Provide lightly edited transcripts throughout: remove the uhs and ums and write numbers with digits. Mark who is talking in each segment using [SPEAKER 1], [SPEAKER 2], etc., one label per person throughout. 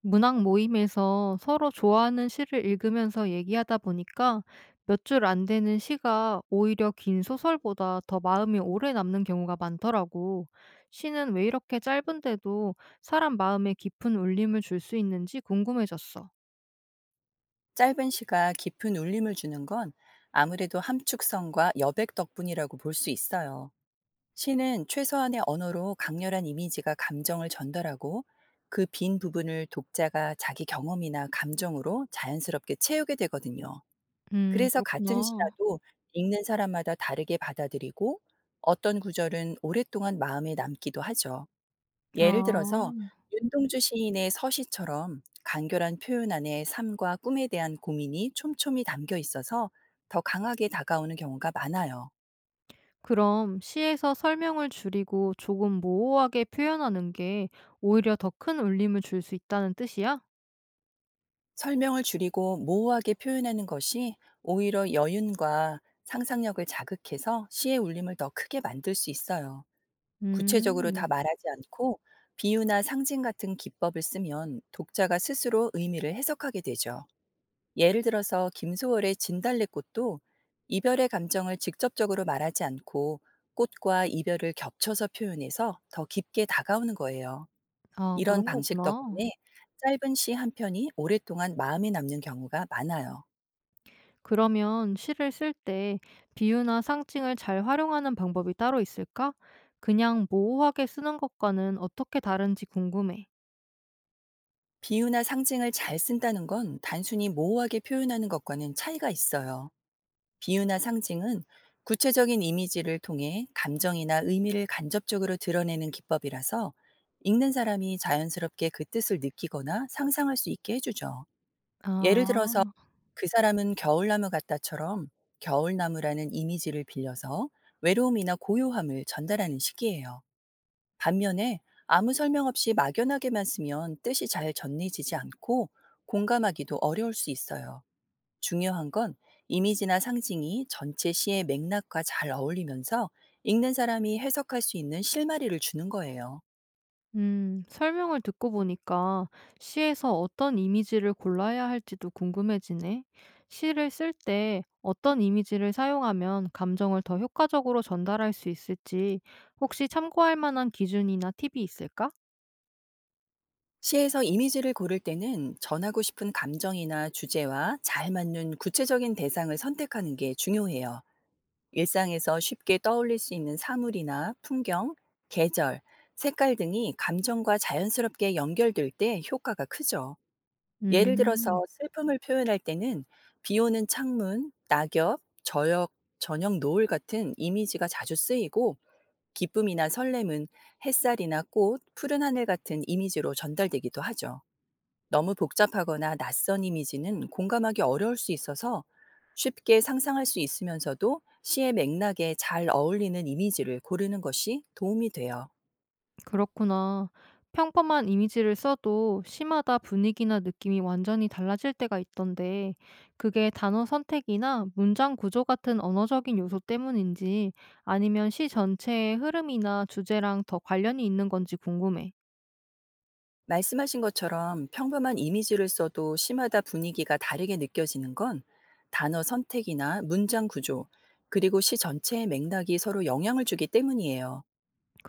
[SPEAKER 1] 문학 모임에서 서로 좋아하는 시를 읽으면서 얘기하다 보니까 몇 줄 안 되는 시가 오히려 긴 소설보다 더 마음이 오래 남는 경우가 많더라고. 시는 왜 이렇게 짧은데도 사람 마음에 깊은 울림을 줄 수 있는지 궁금해졌어.
[SPEAKER 2] 짧은 시가 깊은 울림을 주는 건 아무래도 함축성과 여백 덕분이라고 볼 수 있어요. 시는 최소한의 언어로 강렬한 이미지가 감정을 전달하고, 그 빈 부분을 독자가 자기 경험이나 감정으로 자연스럽게 채우게 되거든요. 그래서 같은
[SPEAKER 1] 그렇구나.
[SPEAKER 2] 시라도 읽는 사람마다 다르게 받아들이고, 어떤 구절은 오랫동안 마음에 남기도 하죠. 예를
[SPEAKER 1] 아,
[SPEAKER 2] 들어서 윤동주 시인의 서시처럼 간결한 표현 안에 삶과 꿈에 대한 고민이 촘촘히 담겨 있어서 더 강하게 다가오는 경우가 많아요.
[SPEAKER 1] 그럼 시에서 설명을 줄이고 조금 모호하게 표현하는 게 오히려 더 큰 울림을 줄 수 있다는 뜻이야?
[SPEAKER 2] 설명을 줄이고 모호하게 표현하는 것이 오히려 여윤과 상상력을 자극해서 시의 울림을 더 크게 만들 수 있어요. 구체적으로
[SPEAKER 1] 음,
[SPEAKER 2] 다 말하지 않고 비유나 상징 같은 기법을 쓰면 독자가 스스로 의미를 해석하게 되죠. 예를 들어서 김소월의 진달래꽃도 이별의 감정을 직접적으로 말하지 않고, 꽃과 이별을 겹쳐서 표현해서 더 깊게 다가오는 거예요.
[SPEAKER 1] 아,
[SPEAKER 2] 이런
[SPEAKER 1] 그런
[SPEAKER 2] 방식
[SPEAKER 1] 거구나.
[SPEAKER 2] 덕분에 짧은 시 한 편이 오랫동안 마음에 남는 경우가 많아요.
[SPEAKER 1] 그러면 시를 쓸 때 비유나 상징을 잘 활용하는 방법이 따로 있을까? 그냥 모호하게 쓰는 것과는 어떻게 다른지 궁금해.
[SPEAKER 2] 비유나 상징을 잘 쓴다는 건 단순히 모호하게 표현하는 것과는 차이가 있어요. 비유나 상징은 구체적인 이미지를 통해 감정이나 의미를 간접적으로 드러내는 기법이라서, 읽는 사람이 자연스럽게 그 뜻을 느끼거나 상상할 수 있게 해주죠. 예를
[SPEAKER 1] 아,
[SPEAKER 2] 들어서 그 사람은 겨울나무 같다처럼 겨울나무라는 이미지를 빌려서 외로움이나 고요함을 전달하는 식이에요. 반면에 아무 설명 없이 막연하게만 쓰면 뜻이 잘 전해지지 않고, 공감하기도 어려울 수 있어요. 중요한 건 이미지나 상징이 전체 시의 맥락과 잘 어울리면서 읽는 사람이 해석할 수 있는 실마리를 주는 거예요.
[SPEAKER 1] 설명을 듣고 보니까 시에서 어떤 이미지를 골라야 할지도 궁금해지네. 시를 쓸 때 어떤 이미지를 사용하면 감정을 더 효과적으로 전달할 수 있을지 혹시 참고할 만한 기준이나 팁이 있을까?
[SPEAKER 2] 시에서 이미지를 고를 때는 전하고 싶은 감정이나 주제와 잘 맞는 구체적인 대상을 선택하는 게 중요해요. 일상에서 쉽게 떠올릴 수 있는 사물이나 풍경, 계절, 색깔 등이 감정과 자연스럽게 연결될 때 효과가 크죠. 예를 들어서
[SPEAKER 1] 음.
[SPEAKER 2] 슬픔을 표현할 때는 비 오는 창문, 낙엽, 저녁, 저녁 노을 같은 이미지가 자주 쓰이고, 기쁨이나 설렘은 햇살이나 꽃, 푸른 하늘 같은 이미지로 전달되기도 하죠. 너무 복잡하거나 낯선 이미지는 공감하기 어려울 수 있어서, 쉽게 상상할 수 있으면서도 시의 맥락에 잘 어울리는 이미지를 고르는 것이 도움이 돼요.
[SPEAKER 1] 그렇구나. 평범한 이미지를 써도 시마다 분위기나 느낌이 완전히 달라질 때가 있던데, 그게 단어 선택이나 문장 구조 같은 언어적인 요소 때문인지, 아니면 시 전체의 흐름이나 주제랑 더 관련이 있는 건지 궁금해.
[SPEAKER 2] 말씀하신 것처럼 평범한 이미지를 써도 심마다 분위기가 다르게 느껴지는 건 단어 선택이나 문장 구조, 그리고 시 전체의 맥락이 서로 영향을 주기 때문이에요.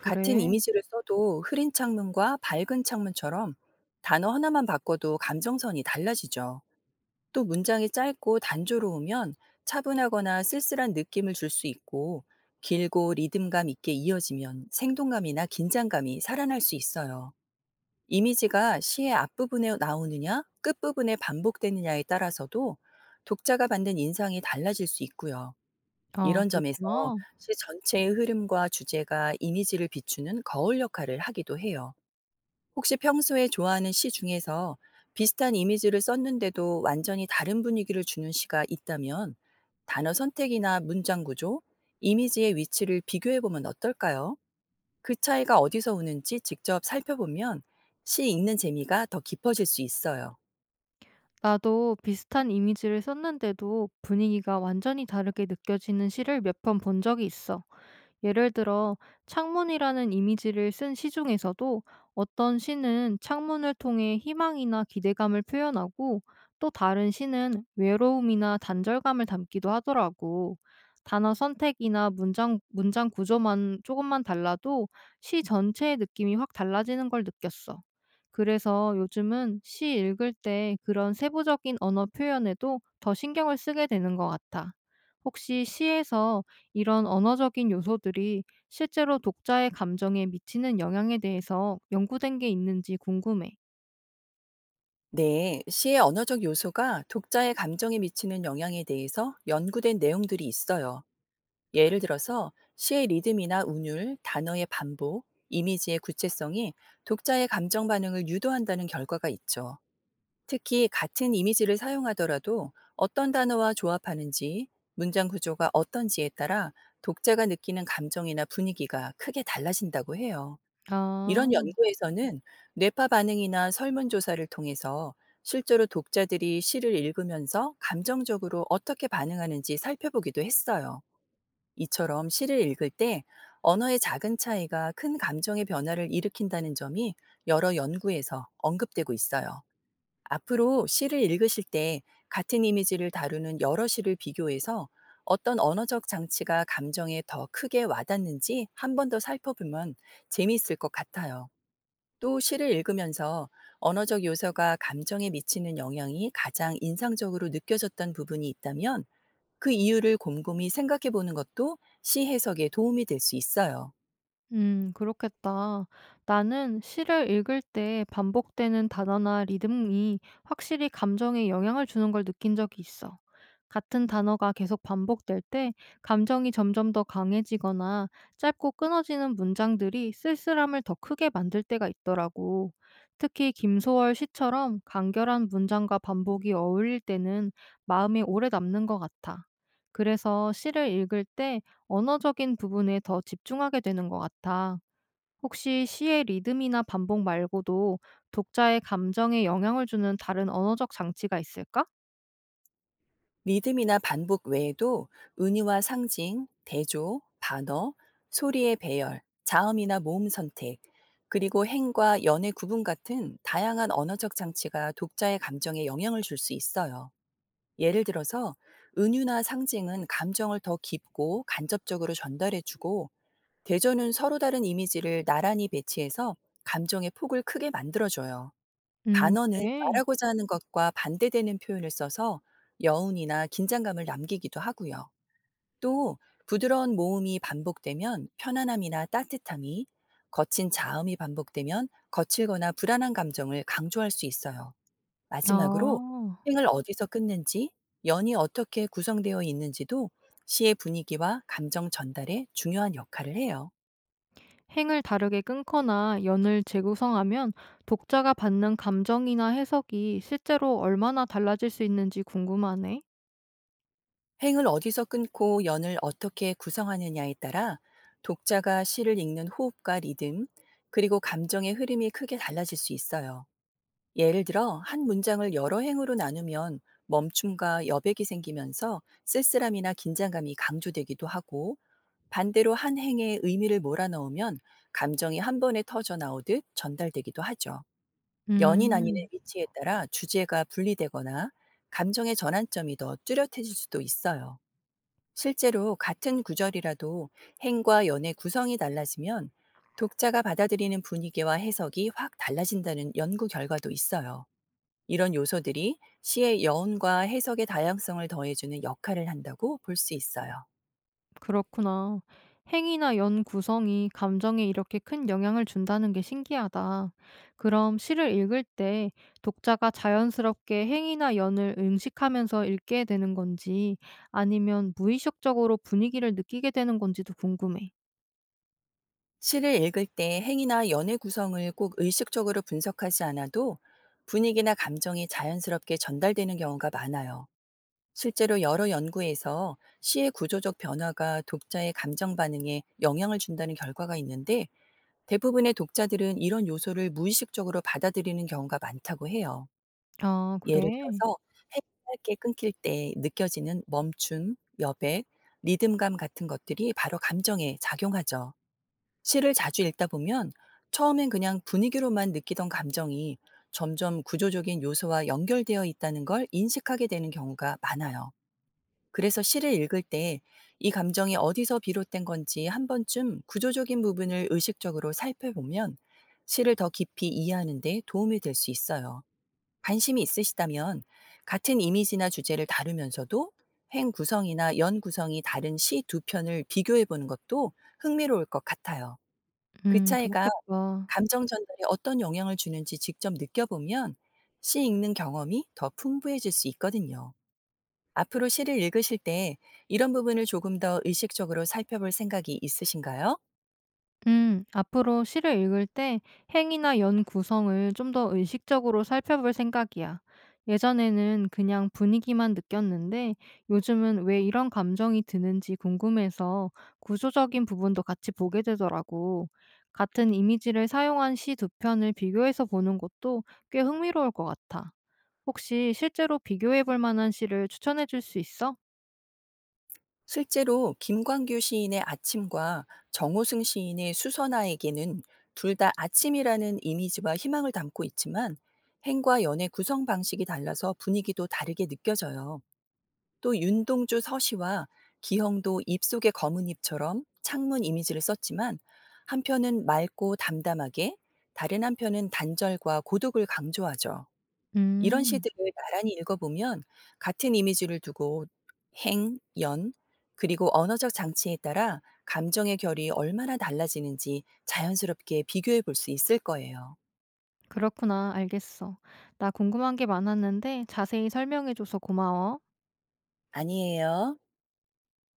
[SPEAKER 2] 같은 이미지를 써도 흐린 창문과 밝은 창문처럼 단어 하나만 바꿔도 감정선이 달라지죠. 또 문장이 짧고 단조로우면 차분하거나 쓸쓸한 느낌을 줄 수 있고, 길고 리듬감 있게 이어지면 생동감이나 긴장감이 살아날 수 있어요. 이미지가 시의 앞부분에 나오느냐 끝부분에 반복되느냐에 따라서도 독자가 받는 인상이 달라질 수 있고요.
[SPEAKER 1] 아,
[SPEAKER 2] 이런 점에서
[SPEAKER 1] 그렇구나.
[SPEAKER 2] 시 전체의 흐름과 주제가 이미지를 비추는 거울 역할을 하기도 해요. 혹시 평소에 좋아하는 시 중에서 비슷한 이미지를 썼는데도 완전히 다른 분위기를 주는 시가 있다면, 단어 선택이나 문장 구조, 이미지의 위치를 비교해 보면 어떨까요? 그 차이가 어디서 오는지 직접 살펴보면 시 읽는 재미가 더 깊어질 수 있어요.
[SPEAKER 1] 나도 비슷한 이미지를 썼는데도 분위기가 완전히 다르게 느껴지는 시를 몇 편 본 적이 있어. 예를 들어 창문이라는 이미지를 쓴 시 중에서도 어떤 시는 창문을 통해 희망이나 기대감을 표현하고 또 다른 시는 외로움이나 단절감을 담기도 하더라고. 단어 선택이나 문장 구조만 조금만 달라도 시 전체의 느낌이 확 달라지는 걸 느꼈어. 그래서 요즘은 시 읽을 때 그런 세부적인 언어 표현에도 더 신경을 쓰게 되는 것 같아. 혹시 시에서 이런 언어적인 요소들이 실제로 독자의 감정에 미치는 영향에 대해서 연구된 게 있는지 궁금해.
[SPEAKER 2] 네, 시의 언어적 요소가 독자의 감정에 미치는 영향에 대해서 연구된 내용들이 있어요. 예를 들어서 시의 리듬이나 운율, 단어의 반복, 이미지의 구체성이 독자의 감정 반응을 유도한다는 결과가 있죠. 특히 같은 이미지를 사용하더라도 어떤 단어와 조합하는지, 문장 구조가 어떤지에 따라 독자가 느끼는 감정이나 분위기가 크게 달라진다고 해요. 이런
[SPEAKER 1] 아.
[SPEAKER 2] 연구에서는 뇌파 반응이나 설문조사를 통해서 실제로 독자들이 시를 읽으면서 감정적으로 어떻게 반응하는지 살펴보기도 했어요. 이처럼 시를 읽을 때 언어의 작은 차이가 큰 감정의 변화를 일으킨다는 점이 여러 연구에서 언급되고 있어요. 앞으로 시를 읽으실 때 같은 이미지를 다루는 여러 시를 비교해서 어떤 언어적 장치가 감정에 더 크게 와닿는지 한 번 더 살펴보면 재미있을 것 같아요. 또 시를 읽으면서 언어적 요소가 감정에 미치는 영향이 가장 인상적으로 느껴졌던 부분이 있다면, 그 이유를 곰곰이 생각해 보는 것도 시 해석에 도움이 될 수 있어요.
[SPEAKER 1] 그렇겠다. 나는 시를 읽을 때 반복되는 단어나 리듬이 확실히 감정에 영향을 주는 걸 느낀 적이 있어. 같은 단어가 계속 반복될 때 감정이 점점 더 강해지거나 짧고 끊어지는 문장들이 쓸쓸함을 더 크게 만들 때가 있더라고. 특히 김소월 시처럼 간결한 문장과 반복이 어울릴 때는 마음에 오래 남는 것 같아. 그래서 시를 읽을 때 언어적인 부분에 더 집중하게 되는 것 같아. 혹시 시의 리듬이나 반복 말고도 독자의 감정에 영향을 주는 다른 언어적 장치가 있을까?
[SPEAKER 2] 리듬이나 반복 외에도 은유와 상징, 대조, 반어, 소리의 배열, 자음이나 모음 선택, 그리고 행과 연의 구분 같은 다양한 언어적 장치가 독자의 감정에 영향을 줄 수 있어요. 예를 들어서 은유나 상징은 감정을 더 깊고 간접적으로 전달해주고, 대조는 서로 다른 이미지를 나란히 배치해서 감정의 폭을 크게 만들어줘요. 반어는
[SPEAKER 1] 그래.
[SPEAKER 2] 말하고자 하는 것과 반대되는 표현을 써서 여운이나 긴장감을 남기기도 하고요. 또 부드러운 모음이 반복되면 편안함이나 따뜻함이, 거친 자음이 반복되면 거칠거나 불안한 감정을 강조할 수 있어요. 마지막으로
[SPEAKER 1] 아,
[SPEAKER 2] 행을 어디서 끊는지, 연이 어떻게 구성되어 있는지도 시의 분위기와 감정 전달에 중요한 역할을 해요.
[SPEAKER 1] 행을 다르게 끊거나 연을 재구성하면 독자가 받는 감정이나 해석이 실제로 얼마나 달라질 수 있는지 궁금하네.
[SPEAKER 2] 행을 어디서 끊고 연을 어떻게 구성하느냐에 따라 독자가 시를 읽는 호흡과 리듬, 그리고 감정의 흐름이 크게 달라질 수 있어요. 예를 들어, 한 문장을 여러 행으로 나누면 멈춤과 여백이 생기면서 쓸쓸함이나 긴장감이 강조되기도 하고, 반대로 한 행에 의미를 몰아넣으면 감정이 한 번에 터져 나오듯 전달되기도 하죠. 연인
[SPEAKER 1] 음.
[SPEAKER 2] 아닌의 위치에 따라 주제가 분리되거나 감정의 전환점이 더 뚜렷해질 수도 있어요. 실제로 같은 구절이라도 행과 연의 구성이 달라지면 독자가 받아들이는 분위기와 해석이 확 달라진다는 연구 결과도 있어요. 이런 요소들이 시의 여운과 해석의 다양성을 더해주는 역할을 한다고 볼 수 있어요.
[SPEAKER 1] 그렇구나. 행위나 연 구성이 감정에 이렇게 큰 영향을 준다는 게 신기하다. 그럼 시를 읽을 때 독자가 자연스럽게 행위나 연을 응식하면서 읽게 되는 건지 아니면 무의식적으로 분위기를 느끼게 되는 건지도 궁금해.
[SPEAKER 2] 시를 읽을 때 행이나 연의 구성을 꼭 의식적으로 분석하지 않아도 분위기나 감정이 자연스럽게 전달되는 경우가 많아요. 실제로 여러 연구에서 시의 구조적 변화가 독자의 감정 반응에 영향을 준다는 결과가 있는데, 대부분의 독자들은 이런 요소를 무의식적으로 받아들이는 경우가 많다고 해요.
[SPEAKER 1] 아,
[SPEAKER 2] 예를
[SPEAKER 1] 그래?
[SPEAKER 2] 들어서 해가 짧게 끊길 때 느껴지는 멈춤, 여백, 리듬감 같은 것들이 바로 감정에 작용하죠. 시를 자주 읽다 보면 처음엔 그냥 분위기로만 느끼던 감정이 점점 구조적인 요소와 연결되어 있다는 걸 인식하게 되는 경우가 많아요. 그래서 시를 읽을 때 이 감정이 어디서 비롯된 건지 한 번쯤 구조적인 부분을 의식적으로 살펴보면 시를 더 깊이 이해하는 데 도움이 될 수 있어요. 관심이 있으시다면 같은 이미지나 주제를 다루면서도 행 구성이나 연 구성이 다른 시 두 편을 비교해 보는 것도 흥미로울 것 같아요. 그 차이가
[SPEAKER 1] 그렇겠다.
[SPEAKER 2] 감정 전달에 어떤 영향을 주는지 직접 느껴보면 시 읽는 경험이 더 풍부해질 수 있거든요. 앞으로 시를 읽으실 때 이런 부분을 조금 더 의식적으로 살펴볼 생각이 있으신가요?
[SPEAKER 1] 앞으로 시를 읽을 때 행이나 연 구성을 좀 더 의식적으로 살펴볼 생각이야. 예전에는 그냥 분위기만 느꼈는데 요즘은 왜 이런 감정이 드는지 궁금해서 구조적인 부분도 같이 보게 되더라고. 같은 이미지를 사용한 시 두 편을 비교해서 보는 것도 꽤 흥미로울 것 같아. 혹시 실제로 비교해 볼 만한 시를 추천해 줄 수 있어?
[SPEAKER 2] 실제로 김광규 시인의 아침과 정호승 시인의 수선화에게는 둘 다 아침이라는 이미지와 희망을 담고 있지만, 행과 연의 구성 방식이 달라서 분위기도 다르게 느껴져요. 또 윤동주 서시와 기형도 입속의 검은 잎처럼 창문 이미지를 썼지만, 한편은 맑고 담담하게, 다른 한편은 단절과 고독을 강조하죠. 이런
[SPEAKER 1] 음.
[SPEAKER 2] 시들을 나란히 읽어보면 같은 이미지를 두고 행, 연, 그리고 언어적 장치에 따라 감정의 결이 얼마나 달라지는지 자연스럽게 비교해 볼 수 있을 거예요.
[SPEAKER 1] 그렇구나. 알겠어. 나 궁금한 게 많았는데 자세히 설명해줘서 고마워.
[SPEAKER 2] 아니에요.